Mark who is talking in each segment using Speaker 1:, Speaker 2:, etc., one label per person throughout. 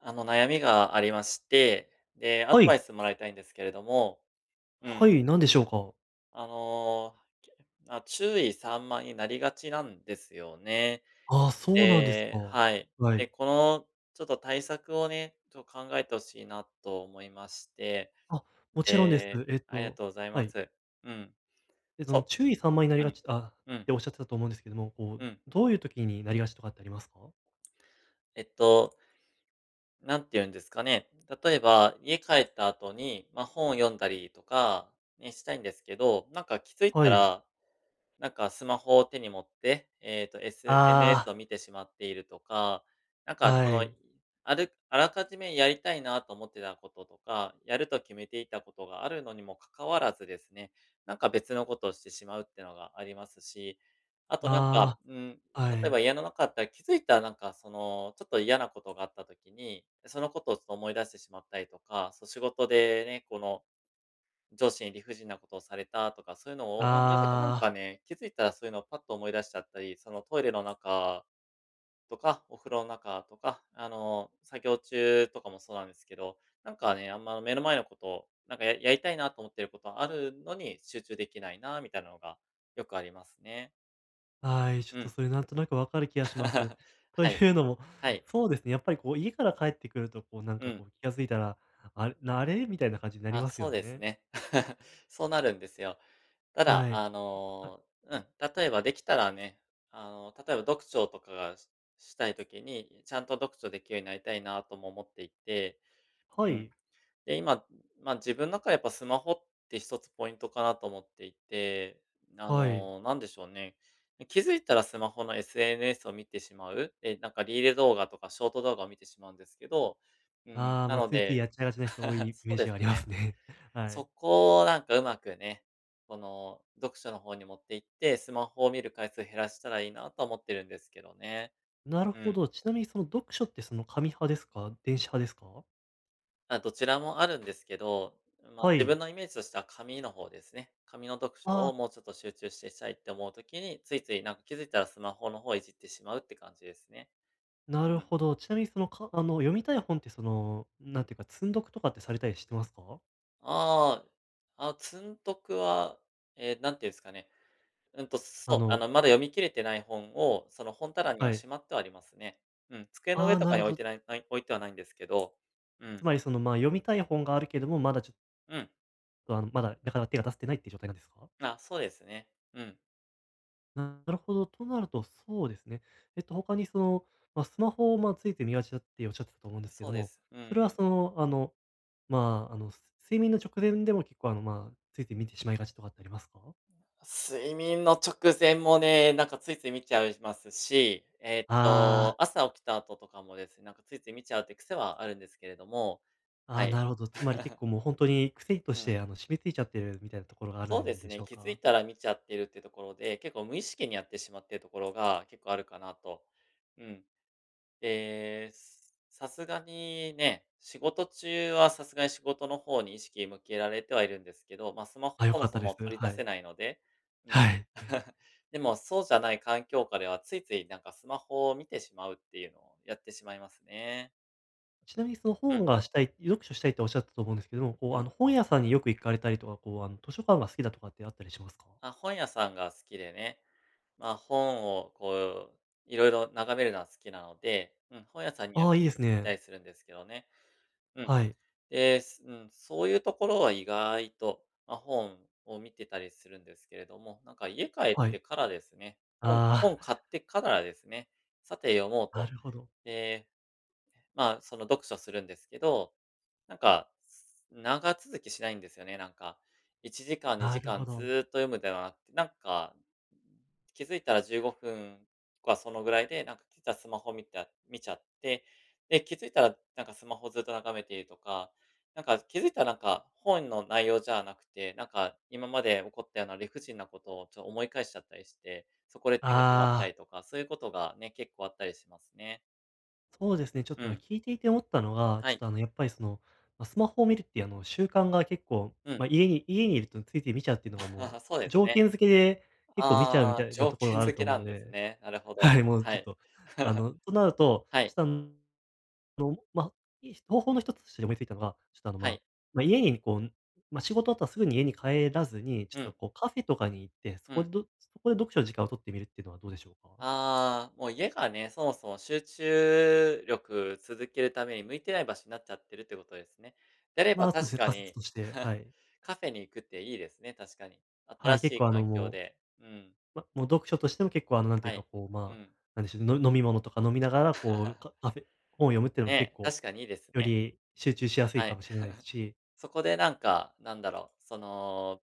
Speaker 1: 悩みがありまして、で、ア
Speaker 2: は
Speaker 1: ド
Speaker 2: い。
Speaker 1: バイスもらいたいんですけれども、う
Speaker 2: は
Speaker 1: ん、
Speaker 2: い、何でしょうか？
Speaker 1: あの、注意散漫になりがちなんですよね。
Speaker 2: ああ、そうなんですか。
Speaker 1: ではい。
Speaker 2: は
Speaker 1: で、
Speaker 2: い。
Speaker 1: このちょっと対策をね、ちょっと考えてほしいなと思いまして、
Speaker 2: あ、もちろんです。
Speaker 1: で、ありがとうござい
Speaker 2: は
Speaker 1: ま
Speaker 2: い。
Speaker 1: す。うん、
Speaker 2: その
Speaker 1: そ
Speaker 2: 注意散漫になり
Speaker 1: う、う
Speaker 2: が
Speaker 1: ん、
Speaker 2: ち
Speaker 1: う
Speaker 2: っ
Speaker 1: ん、
Speaker 2: ておっしゃってたと思うんですけども、
Speaker 1: うん。
Speaker 2: どういう時になりがちとかってありますか？
Speaker 1: えっと、なんて言うんですかね、例えば、家帰った後に、まあ、本を読んだりとかね、したいんですけど、なんか気づい
Speaker 2: は
Speaker 1: た
Speaker 2: い。
Speaker 1: らなんかスマホを手に持って、SNS
Speaker 2: あ
Speaker 1: を見てしまっているとか、なん
Speaker 2: あ、
Speaker 1: かそ
Speaker 2: は
Speaker 1: の、
Speaker 2: い。
Speaker 1: あらかじめやりたいなと思ってたこととか、やると決めていたことがあるのにも関わらずですね、なんか別のことをしてしまうっていうのがありますし、あとなんか、
Speaker 2: あ
Speaker 1: うん、
Speaker 2: あ、は
Speaker 1: 例えば
Speaker 2: い。
Speaker 1: 家の中だったら気づいたらなんかその、ちょっと嫌なことがあった時に、そのことをちょっと思い出してしまったりとか、そう仕事でね、この上司に理不尽なことをされたとか、そういうのを、なぜかなん
Speaker 2: あ
Speaker 1: かね、気づいたらそういうのをパッと思い出しちゃったり、そのトイレの中とか、お風呂の中とか、あの、作業中とかもそうなんですけど、なんかね、あんま目の前のことを、なんかやりたいなと思ってることあるのに集中できないな、みたいなのがよくありますね。
Speaker 2: あ、はい、ちょっ
Speaker 1: う
Speaker 2: と
Speaker 1: ん。
Speaker 2: それなんとなくわかる気がします。と
Speaker 1: はい。
Speaker 2: いうのも、
Speaker 1: はい。
Speaker 2: そうですね、やっぱりこう家から帰ってくると、こうなん
Speaker 1: う
Speaker 2: か
Speaker 1: ん。
Speaker 2: こう気が付いたら、あれなあれみたいな感じになり
Speaker 1: あ、
Speaker 2: ます
Speaker 1: そ
Speaker 2: よ
Speaker 1: うです
Speaker 2: ね。
Speaker 1: ね。そうなるんですよ。ただ、
Speaker 2: はい。
Speaker 1: あ
Speaker 2: は
Speaker 1: の、うん、例えばできたらね、あの、例えば読書とかがししたい時に、ちゃんと読書できるようになりたいなとも思っていて、
Speaker 2: は
Speaker 1: うん。
Speaker 2: い。
Speaker 1: で、今、ま、自分の中でやっぱスマホって一つポイントかなと思っていて、あ
Speaker 2: はい。
Speaker 1: の、なんでしょうね、気づいたらスマホの SNS を見てしまう、で、なんかリール動画とかショート動画を見てしまうんですけど、うん、
Speaker 2: ああ、
Speaker 1: なの
Speaker 2: ついつい
Speaker 1: で
Speaker 2: やっちゃいがちな人多い イメ
Speaker 1: そ
Speaker 2: ー
Speaker 1: うで
Speaker 2: ジが
Speaker 1: す
Speaker 2: ありま
Speaker 1: ね。
Speaker 2: すね。は
Speaker 1: そ
Speaker 2: い。
Speaker 1: こをなんかうまくね、この読書の方に持っていって、スマホを見る回数減らしたらいいなとは思ってるんですけどね。
Speaker 2: なる
Speaker 1: う
Speaker 2: ほ
Speaker 1: ん。
Speaker 2: ど。ちなみにその読書ってその紙派ですか？電子派ですか？
Speaker 1: まあ、どちらもあるんですけど、まあ、
Speaker 2: は
Speaker 1: 自分
Speaker 2: い。
Speaker 1: のイメージとしては紙の方ですね。紙の読書
Speaker 2: あ
Speaker 1: を
Speaker 2: あ、
Speaker 1: もうちょっと集中してしたいって思う時に、ついついなんか気づいたらスマホの方いじってしまうって感じですね。
Speaker 2: な
Speaker 1: う
Speaker 2: る
Speaker 1: ん。
Speaker 2: ほど。ちなみにその、かあの、読みたい本ってその、なんていうか、積読とかってされたりしてますか？
Speaker 1: ああ、あ、積んどくは、なんていうんですかね。うんと、
Speaker 2: あ
Speaker 1: そう、あ
Speaker 2: の
Speaker 1: の、まだ読み切れてない本を、その本棚に
Speaker 2: は
Speaker 1: は
Speaker 2: い。
Speaker 1: しまってはありますね。うん、机の
Speaker 2: あ
Speaker 1: 上
Speaker 2: あ、
Speaker 1: と
Speaker 2: な
Speaker 1: かに
Speaker 2: るほど。
Speaker 1: 置いてはないんですけど、う
Speaker 2: つ
Speaker 1: ん、
Speaker 2: まりその、読みたい本があるけども、まだちょっ
Speaker 1: うん。
Speaker 2: と、あの、まだなかなか手が出せてないっていう状態なんですか？
Speaker 1: あ、そうですね。うん、
Speaker 2: なるほど。となると、そうですね。他にその、スマホを、ついて見がちだっておっしゃってたと思うんですけ
Speaker 1: そ
Speaker 2: ど
Speaker 1: うで
Speaker 2: も、
Speaker 1: す。う
Speaker 2: そ
Speaker 1: ん。
Speaker 2: れはその、まあ、あの、す睡眠の直前でも結構、ついて見てしまいがちとかってありますか？
Speaker 1: 睡眠の直前もね、なんかついつい見ちゃいますし、
Speaker 2: あーあー、
Speaker 1: 朝起きた後とかもですね、なんかついつい見ちゃうって癖はあるんですけれども、はい。
Speaker 2: なるほど。つまり結構もう本当に癖と
Speaker 1: う
Speaker 2: し
Speaker 1: ん。
Speaker 2: て、染みついちゃってるみたいなところがある
Speaker 1: そうで
Speaker 2: ん
Speaker 1: す
Speaker 2: でし
Speaker 1: ね、
Speaker 2: ょう
Speaker 1: 気づい
Speaker 2: か？
Speaker 1: たら見ちゃってるってところで、結構無意識にやってしまってるところが結構あるかなと。うん。ええ、さすがにね、仕事中はさすがに仕事の方に意識向けられてはいるんですけど、まあ、スマホ
Speaker 2: あ、良
Speaker 1: そも
Speaker 2: かっ
Speaker 1: そ
Speaker 2: たで
Speaker 1: も
Speaker 2: す。
Speaker 1: 取り出
Speaker 2: は
Speaker 1: せ
Speaker 2: い。
Speaker 1: ないので、うん。
Speaker 2: はい。
Speaker 1: でもそうじゃない環境下ではついついなんかスマホを見てしまうっていうのをやってしまいますね。
Speaker 2: ちなみにその
Speaker 1: うん
Speaker 2: 本がしたい読書したいっておっしゃったと思うんですけども、
Speaker 1: うん。
Speaker 2: 本屋さんによく行かれたりとか、図書館が好きだとかってあったりしますか？
Speaker 1: まあ、本屋さんが好きでね、まあ、本をこういろいろ眺めるのは好きなので、うん、本屋さんによ
Speaker 2: ああ、い
Speaker 1: く
Speaker 2: いで
Speaker 1: 行
Speaker 2: す
Speaker 1: った
Speaker 2: ね。
Speaker 1: りするんですけどね。うん。
Speaker 2: はい、
Speaker 1: で、すうん、そういうところは意外と、まあ、本を見てたりするんですけれども、なんか家帰っ
Speaker 2: はい。
Speaker 1: てからですね、本
Speaker 2: あ
Speaker 1: 本買ってからですね、さて読もう
Speaker 2: あ、な
Speaker 1: と。
Speaker 2: るほど、
Speaker 1: で、まあ、その読書するんですけど、なんか、長続きしないんですよね、なんか。1時間、
Speaker 2: な
Speaker 1: 2
Speaker 2: る
Speaker 1: 時
Speaker 2: ほ
Speaker 1: 間ず
Speaker 2: ど。
Speaker 1: ーっと読むではなくて、なんか、気づいたら15分とかそのぐらいで、なんか実はスマホ見ちゃって、で、気づいたらなんかスマホずっと眺めているとか、なんか気づいたらなんか本の内容じゃなくて、なんか今まで起こったような理不尽なことをちょっと思い返しちゃったりして、そこで手が止まった
Speaker 2: ああ、
Speaker 1: りとか、そういうことがね、結構あったりしますね。
Speaker 2: そうですね、ちょっ
Speaker 1: う
Speaker 2: と
Speaker 1: ん。
Speaker 2: 聞いていて思ったのが、
Speaker 1: は
Speaker 2: ちょっ
Speaker 1: い。
Speaker 2: とやっぱりスマホを見るっていうあの習慣が結構、
Speaker 1: うん。
Speaker 2: 家にいるとついて見ちゃうっていうのが
Speaker 1: あ
Speaker 2: も
Speaker 1: あ、そうで
Speaker 2: う、
Speaker 1: す
Speaker 2: 条
Speaker 1: ね。
Speaker 2: 件付けで結構見ちゃうみ
Speaker 1: あ
Speaker 2: た
Speaker 1: あ、
Speaker 2: いな
Speaker 1: 条
Speaker 2: ところ
Speaker 1: 件
Speaker 2: があ
Speaker 1: 付
Speaker 2: ると
Speaker 1: け
Speaker 2: 思う
Speaker 1: な
Speaker 2: の
Speaker 1: んです
Speaker 2: で、
Speaker 1: ね。なるほど。
Speaker 2: はい、もう
Speaker 1: は
Speaker 2: ちょっ
Speaker 1: い。
Speaker 2: と、となると、
Speaker 1: は
Speaker 2: ちょっ
Speaker 1: い。
Speaker 2: とあの、ま、方法の一つとして思いついたのが、ちょっと
Speaker 1: はい。
Speaker 2: 家に仕事終わったらすぐに家に帰らずに、ち
Speaker 1: う
Speaker 2: ょっと
Speaker 1: ん。
Speaker 2: こうカフェとかに行って、そ
Speaker 1: う
Speaker 2: こ
Speaker 1: ん。
Speaker 2: でどそこで読書の時間を取ってみるっていうのはどうでしょうか？
Speaker 1: ああ、もう家がね、そもそも集中力続けるために向いてない場所になっちゃってるってことですね。であれ
Speaker 2: ま
Speaker 1: ば
Speaker 2: あ、そうです
Speaker 1: 確
Speaker 2: ね、
Speaker 1: か
Speaker 2: 仮説
Speaker 1: に
Speaker 2: として、は い。
Speaker 1: カフェに行くっていいですね、確かに。
Speaker 2: は
Speaker 1: 新
Speaker 2: い、
Speaker 1: し
Speaker 2: 結
Speaker 1: い
Speaker 2: 構
Speaker 1: 環境で。うん。
Speaker 2: もう読書としても結構なんてい
Speaker 1: は
Speaker 2: うか
Speaker 1: い。
Speaker 2: こう、
Speaker 1: うん。
Speaker 2: なんでしょうね、の飲み物とか飲みながらカフェ本を読むっていうのも結
Speaker 1: ね、
Speaker 2: 構
Speaker 1: 確かにいいです
Speaker 2: よ
Speaker 1: ね。
Speaker 2: り集中しやすい
Speaker 1: は
Speaker 2: か
Speaker 1: い。
Speaker 2: もしれないですし。
Speaker 1: そこでなんか、なんだろう、その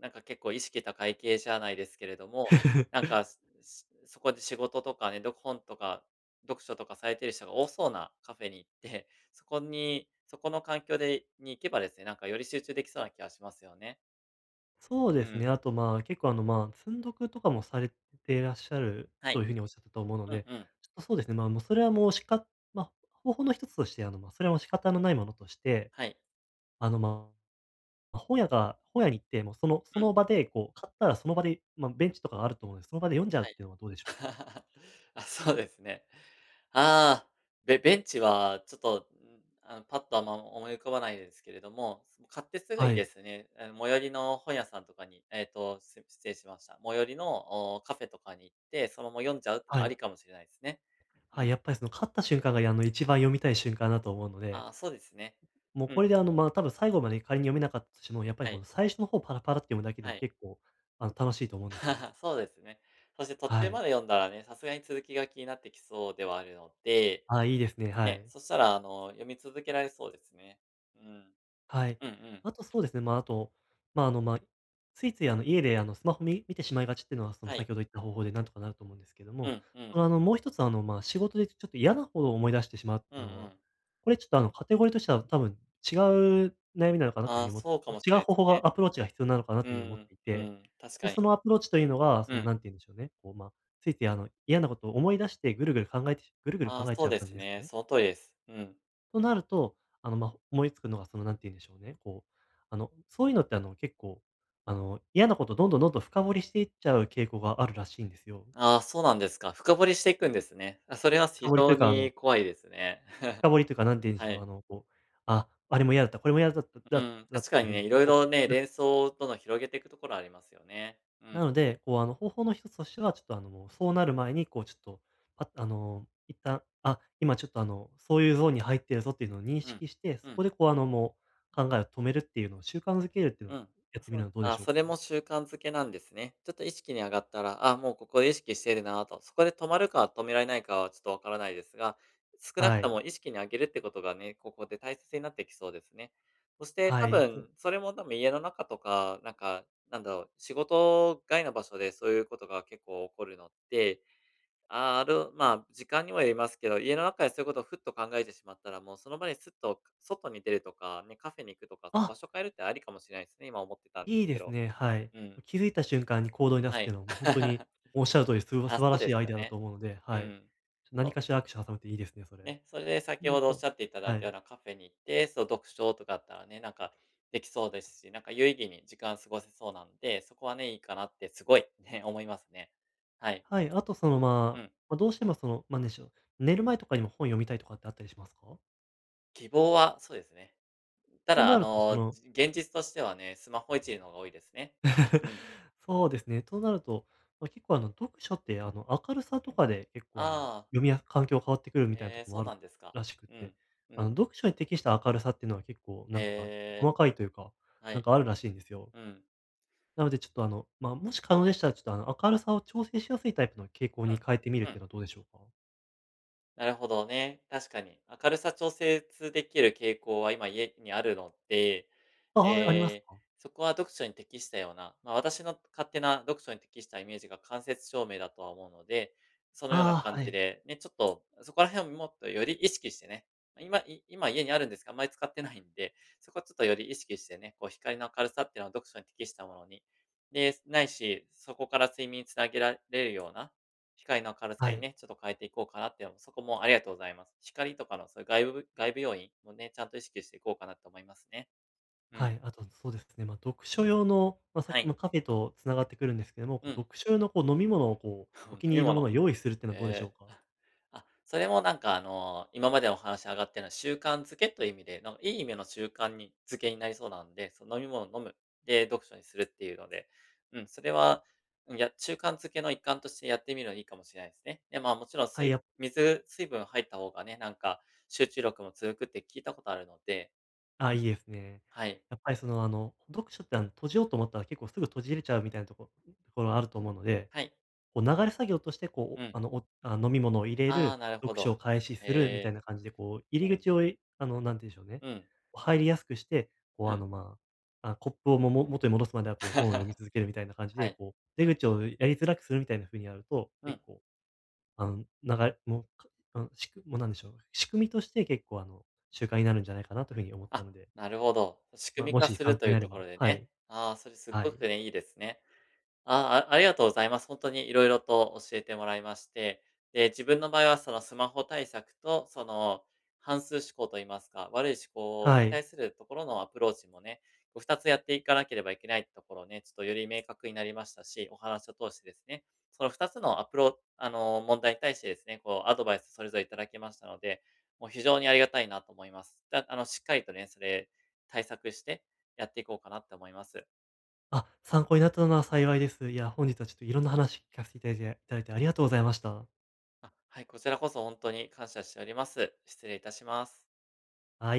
Speaker 1: 結構意識高い系じゃないですけれども、なんか、そこで仕事とかね、本とか読書とかされてる人が多そうなカフェに行って、そこの環境に行けばですね、なんかより集中できそうな気がしますよね。
Speaker 2: そう
Speaker 1: う
Speaker 2: です
Speaker 1: ん。
Speaker 2: ね。あと、結構、積読とかもされていらっしゃる
Speaker 1: は
Speaker 2: とい
Speaker 1: い。
Speaker 2: うふうにおっしゃったと思うの
Speaker 1: うん
Speaker 2: で、
Speaker 1: うん。
Speaker 2: ちょっとそうですね。もうそれはもうしか、まあ、方法の一つとして、それはもう仕方のないものとして、
Speaker 1: はい。
Speaker 2: あの、ま本屋に行って、もうそ
Speaker 1: うん。
Speaker 2: の場で、買ったらその場で、まあ、ベンチとかがあると思うので、その場で読んじゃうっ
Speaker 1: はい。
Speaker 2: ていうのはどうでしょうか？
Speaker 1: あ、そうですね。ああ、ベンチはちょっと、ん、あの、パッとあんま思い浮かばないですけれども、買ってすぐ
Speaker 2: は
Speaker 1: にで
Speaker 2: い。
Speaker 1: すね、あの、最寄りの本屋さんとかに、えっと、す失礼しました。最寄りの、お、カフェとかに行って、そのまま読んじゃうっての
Speaker 2: は
Speaker 1: あ
Speaker 2: い。
Speaker 1: りかもしれないですね。
Speaker 2: は
Speaker 1: う
Speaker 2: い。
Speaker 1: ん。
Speaker 2: やっぱり買った瞬間が、一番読みたい瞬間だと思うので、
Speaker 1: ああ、そうですね。
Speaker 2: もう
Speaker 1: うん、
Speaker 2: これで、多分最後まで仮に読めなかったとしても、やっぱ
Speaker 1: は
Speaker 2: りこ
Speaker 1: い、
Speaker 2: の最初の方パラパラって読むだけで
Speaker 1: は
Speaker 2: も
Speaker 1: い。
Speaker 2: 結構、楽しいと思うんですよ。
Speaker 1: そうですね。そして途
Speaker 2: は
Speaker 1: 中ま
Speaker 2: い。
Speaker 1: で読んだらね、さすがに続きが気になってきそうではあるので
Speaker 2: あ、いいですね。は
Speaker 1: ね、
Speaker 2: い。
Speaker 1: そしたら、あの、読み続けられそうですね。うん。
Speaker 2: はい。
Speaker 1: うんうん。
Speaker 2: あとそうですね、あと、まあ、あの、まあ、ついつい、家で、スマホ見てしまいがちっていうのは、
Speaker 1: は
Speaker 2: 先
Speaker 1: い。
Speaker 2: ほど言った方法でなんとかなると思うんですけど
Speaker 1: う
Speaker 2: も、
Speaker 1: んうん。
Speaker 2: もう一つ、仕事でちょっと嫌なほど思い出してしまうって
Speaker 1: うん
Speaker 2: い
Speaker 1: う
Speaker 2: うのは、
Speaker 1: ん。
Speaker 2: これちょっと、カテゴリーとしては多分違う悩みなのかなという
Speaker 1: あ
Speaker 2: 風
Speaker 1: あ、
Speaker 2: に思っ
Speaker 1: そうかもし
Speaker 2: て違
Speaker 1: れ
Speaker 2: う
Speaker 1: ないで
Speaker 2: 方
Speaker 1: す
Speaker 2: 法がアプローチが必要なのかなという風に思っ
Speaker 1: ね。
Speaker 2: てい
Speaker 1: うん、
Speaker 2: て、
Speaker 1: うん、確
Speaker 2: で、
Speaker 1: かに。
Speaker 2: そのアプローチというのが、
Speaker 1: うん。
Speaker 2: 何て言うんでしょうね、ついつい、嫌なことを思い出してぐるぐる考えてぐるぐる
Speaker 1: ああ、
Speaker 2: 考え
Speaker 1: そ
Speaker 2: ち
Speaker 1: う
Speaker 2: ゃう
Speaker 1: で
Speaker 2: 感じ
Speaker 1: す
Speaker 2: ですか
Speaker 1: ね。
Speaker 2: ね？
Speaker 1: その通りです。うん。
Speaker 2: となると、思いつくのが、なんて言うんでしょうね、そういうのって、結構、嫌なことどんどんどんどん深掘りしていっちゃう傾向があるらしいんですよ。
Speaker 1: ああ、そうなんですか。深掘りしていくんですね。あ、それは非
Speaker 2: 深掘りと
Speaker 1: 常
Speaker 2: いうか、あ
Speaker 1: に
Speaker 2: の、
Speaker 1: 怖いですね。
Speaker 2: 深掘りというか、な んて言うんでし
Speaker 1: は
Speaker 2: ょう、
Speaker 1: い。
Speaker 2: あれも嫌だった、これも嫌だった、だ
Speaker 1: う
Speaker 2: った
Speaker 1: ん、
Speaker 2: だったっ
Speaker 1: 確か
Speaker 2: て
Speaker 1: に
Speaker 2: い
Speaker 1: ね、
Speaker 2: う、
Speaker 1: いろいろね、
Speaker 2: う、な
Speaker 1: 連想との広げていくところありますよね。う
Speaker 2: な
Speaker 1: ん、
Speaker 2: ので、方法の一つとしては、ちょっと、もう、そうなる前に、こう、ちょっと、パあの、一旦、あ、今ちょっと、そういうゾーンに入ってるぞっていうのを認
Speaker 1: うん、
Speaker 2: 識して、
Speaker 1: う
Speaker 2: そ
Speaker 1: ん。
Speaker 2: こで、もう、考えを止めるっていうのを習慣づけるっていうの
Speaker 1: う
Speaker 2: を
Speaker 1: ん。
Speaker 2: やってみ
Speaker 1: そ
Speaker 2: るの
Speaker 1: う、
Speaker 2: はどうで
Speaker 1: あ、
Speaker 2: しょう
Speaker 1: それ
Speaker 2: か？
Speaker 1: も習慣づけなんですね。ちょっと意識に上がったら、あ、もうここで意識してるなと、そこで止まるか止められないかはちょっとわからないですが、少なく
Speaker 2: は
Speaker 1: と
Speaker 2: い。
Speaker 1: も意識に上げるってことがね、ここで大切になってきそうですね。そして
Speaker 2: は
Speaker 1: 多
Speaker 2: い。そう。
Speaker 1: 分、それも多分家の中とか、なんか、なんだろう、仕事外の場所でそういうことが結構起こるのって、あーあるまあ、時間にもよりますけど、家の中でそういうことをふっと考えてしまったら、もうその場にすっと外に出るとか、ね、カフェに行くとか、場
Speaker 2: あ、
Speaker 1: 所変えるってありかもしれないですね、今思ってたんで
Speaker 2: いい
Speaker 1: すけ
Speaker 2: です
Speaker 1: ど。
Speaker 2: ね。はい。
Speaker 1: うん。
Speaker 2: 気づいた瞬間に行動に出す
Speaker 1: は
Speaker 2: っていう
Speaker 1: い。
Speaker 2: のはもうおっしゃる通り、すば
Speaker 1: あ、
Speaker 2: 素
Speaker 1: そ
Speaker 2: 晴
Speaker 1: う
Speaker 2: らし
Speaker 1: で
Speaker 2: い
Speaker 1: す
Speaker 2: アイ
Speaker 1: よ
Speaker 2: デアだと
Speaker 1: ね。
Speaker 2: 思うので、は
Speaker 1: う
Speaker 2: い。
Speaker 1: ん。そ
Speaker 2: 何
Speaker 1: う、
Speaker 2: かしらアクション挟むっていいですね、それ。
Speaker 1: ね、それで
Speaker 2: う
Speaker 1: 先
Speaker 2: ん
Speaker 1: ほどおっ
Speaker 2: と
Speaker 1: しゃっていただ
Speaker 2: は
Speaker 1: いた
Speaker 2: い。
Speaker 1: ようなカフェに行って、そう、読書とかだったらね、なんかできそうですし、なんか有意義に時間過ごせそうなんで、そこはね、いいかなってすごいね、思いますね。はい。
Speaker 2: はい、あとその、
Speaker 1: うん。
Speaker 2: どうしてもその、まあ、なんしょ寝る前とかにも本読みたいとかってあったりしますか？
Speaker 1: 希望はそうですね。た
Speaker 2: と
Speaker 1: だ、
Speaker 2: なると
Speaker 1: 現実としてはね、スマホいじののが多いですね。う ん。
Speaker 2: そうですね。となると、結構読書って明るさとかで結構
Speaker 1: ああ、
Speaker 2: 読みや環境変わってくるみたいな
Speaker 1: え
Speaker 2: と
Speaker 1: え、
Speaker 2: ころ
Speaker 1: そ
Speaker 2: も
Speaker 1: う
Speaker 2: ある
Speaker 1: なんですか。
Speaker 2: らしくっ
Speaker 1: う
Speaker 2: て、
Speaker 1: ん、うん。
Speaker 2: 読書に適した明るさっていうのは結構なんか
Speaker 1: ええ、
Speaker 2: 細かいというか、
Speaker 1: は
Speaker 2: なん
Speaker 1: い。
Speaker 2: かあるらしいんですよ。
Speaker 1: うん、
Speaker 2: なのでちょっともし可能でしたら、ちょっと明るさを調整しやすいタイプの傾向
Speaker 1: う
Speaker 2: に
Speaker 1: ん、
Speaker 2: 変えてみるっ
Speaker 1: う
Speaker 2: て
Speaker 1: ん。
Speaker 2: いうのはどうでしょうか？
Speaker 1: なるほどね、確かに。明るさ調節できる傾向は今家にあるので、
Speaker 2: ああー、ありま
Speaker 1: え
Speaker 2: す
Speaker 1: え、
Speaker 2: か？
Speaker 1: そこは読書に適したような、まあ、私の勝手な読書に適したイメージが間接照明だとは思うので、そのような
Speaker 2: ああー、
Speaker 1: 感
Speaker 2: は
Speaker 1: じ
Speaker 2: い。
Speaker 1: で、ね、ちょっとそこら辺をもっとより意識してね、今家にあるんですが、あんまり使ってないんで、そこはちょっとより意識してね、こう光の明るさっていうのは読書に適したものに、で、ないし、そこから睡眠につなげられるような、光の明るさ
Speaker 2: は
Speaker 1: に
Speaker 2: い。
Speaker 1: ね、ちょっと変えていこうかなっていうのも、そこもありがとうございます。光とかのそういう外部要因もね、ちゃんと意識していこうかなと思いますね。う
Speaker 2: は
Speaker 1: ん。
Speaker 2: い、あとそうですね、読書用の、さ
Speaker 1: は
Speaker 2: っき
Speaker 1: い。
Speaker 2: のカフェとつながってくるんですけども、
Speaker 1: うん。
Speaker 2: 読書用の飲み物をお
Speaker 1: 飲
Speaker 2: 気に入
Speaker 1: み
Speaker 2: りのもの
Speaker 1: 物。
Speaker 2: を用意するっていうのはどうでしょ
Speaker 1: え
Speaker 2: うか？
Speaker 1: ーあ、あ、それもなんか今までお話上がってるのは習慣づけという意味で、なんかいい意味の習慣にづけになりそうなんで、その飲み物を飲む、で、読書にするっていうので、うん、それは、うん、や習慣づけの一環としてやってみるのいいかもしれないですね。で、まあ、もちろん
Speaker 2: はい、
Speaker 1: 水
Speaker 2: やっ
Speaker 1: 水水分入った方がね、なんか集中力も続くって聞いたことあるので、
Speaker 2: あ、
Speaker 1: うん、
Speaker 2: いいですね。
Speaker 1: はい。
Speaker 2: やっぱり読書って閉じようと思ったら結構すぐ閉じれちゃうみたいなところがあると思うので、
Speaker 1: はい。
Speaker 2: 流れ作業として、
Speaker 1: うん。
Speaker 2: 飲み物を入れ
Speaker 1: ああ、
Speaker 2: る、
Speaker 1: なるほ
Speaker 2: 読書
Speaker 1: ど。
Speaker 2: を開始するみたい
Speaker 1: え
Speaker 2: な感じで、入
Speaker 1: ー。う
Speaker 2: り
Speaker 1: ん。
Speaker 2: 口を、いあの、なんて言うんでしょうね、
Speaker 1: うん。
Speaker 2: 入りやすくして、こう、
Speaker 1: う
Speaker 2: あ
Speaker 1: ん。
Speaker 2: の、まコップを元に戻すまでは、本を読み続けるみたいな感じ
Speaker 1: は
Speaker 2: で、
Speaker 1: い。
Speaker 2: 出口をやりづらくするみたいな風にやると、
Speaker 1: う
Speaker 2: 結
Speaker 1: ん。
Speaker 2: 構、あの、流れもう、かあの、しくもうなんでしょう、仕組みとして結構、習慣になるんじゃないかなというふうに思った
Speaker 1: あ、
Speaker 2: ので、
Speaker 1: なるほど。仕組み
Speaker 2: も
Speaker 1: 化
Speaker 2: し
Speaker 1: す
Speaker 2: 参
Speaker 1: る
Speaker 2: 考
Speaker 1: とい
Speaker 2: に
Speaker 1: う
Speaker 2: なれ
Speaker 1: とこ
Speaker 2: ば
Speaker 1: ろで
Speaker 2: は
Speaker 1: ね。
Speaker 2: い、
Speaker 1: ああ、それす
Speaker 2: は
Speaker 1: ご
Speaker 2: い、
Speaker 1: くね、いいですね。ああ、ありがとうございます。本当にいろいろと教えてもらいまして、で、自分の場合はそのスマホ対策と、その、反数思考といいますか、悪い思考
Speaker 2: は
Speaker 1: に
Speaker 2: い。
Speaker 1: 対するところのアプローチもね、こう2つやっていかなければいけないところをね、ちょっとより明確になりましたし、お話を通してですね、その2つのアプロあの、問題に対してですね、こうアドバイスそれぞれいただきましたので、もう非常にありがたいなと思います。だあの、しっかりとね、それ対策してやっていこうかなって思います。
Speaker 2: あ、参考になったのは幸いです。いや、本日はちょっといろんな話聞かせていただいてありがとうございました。は
Speaker 1: あ、はい、こちらこそ本当に感謝しております。失礼いたします。
Speaker 2: い。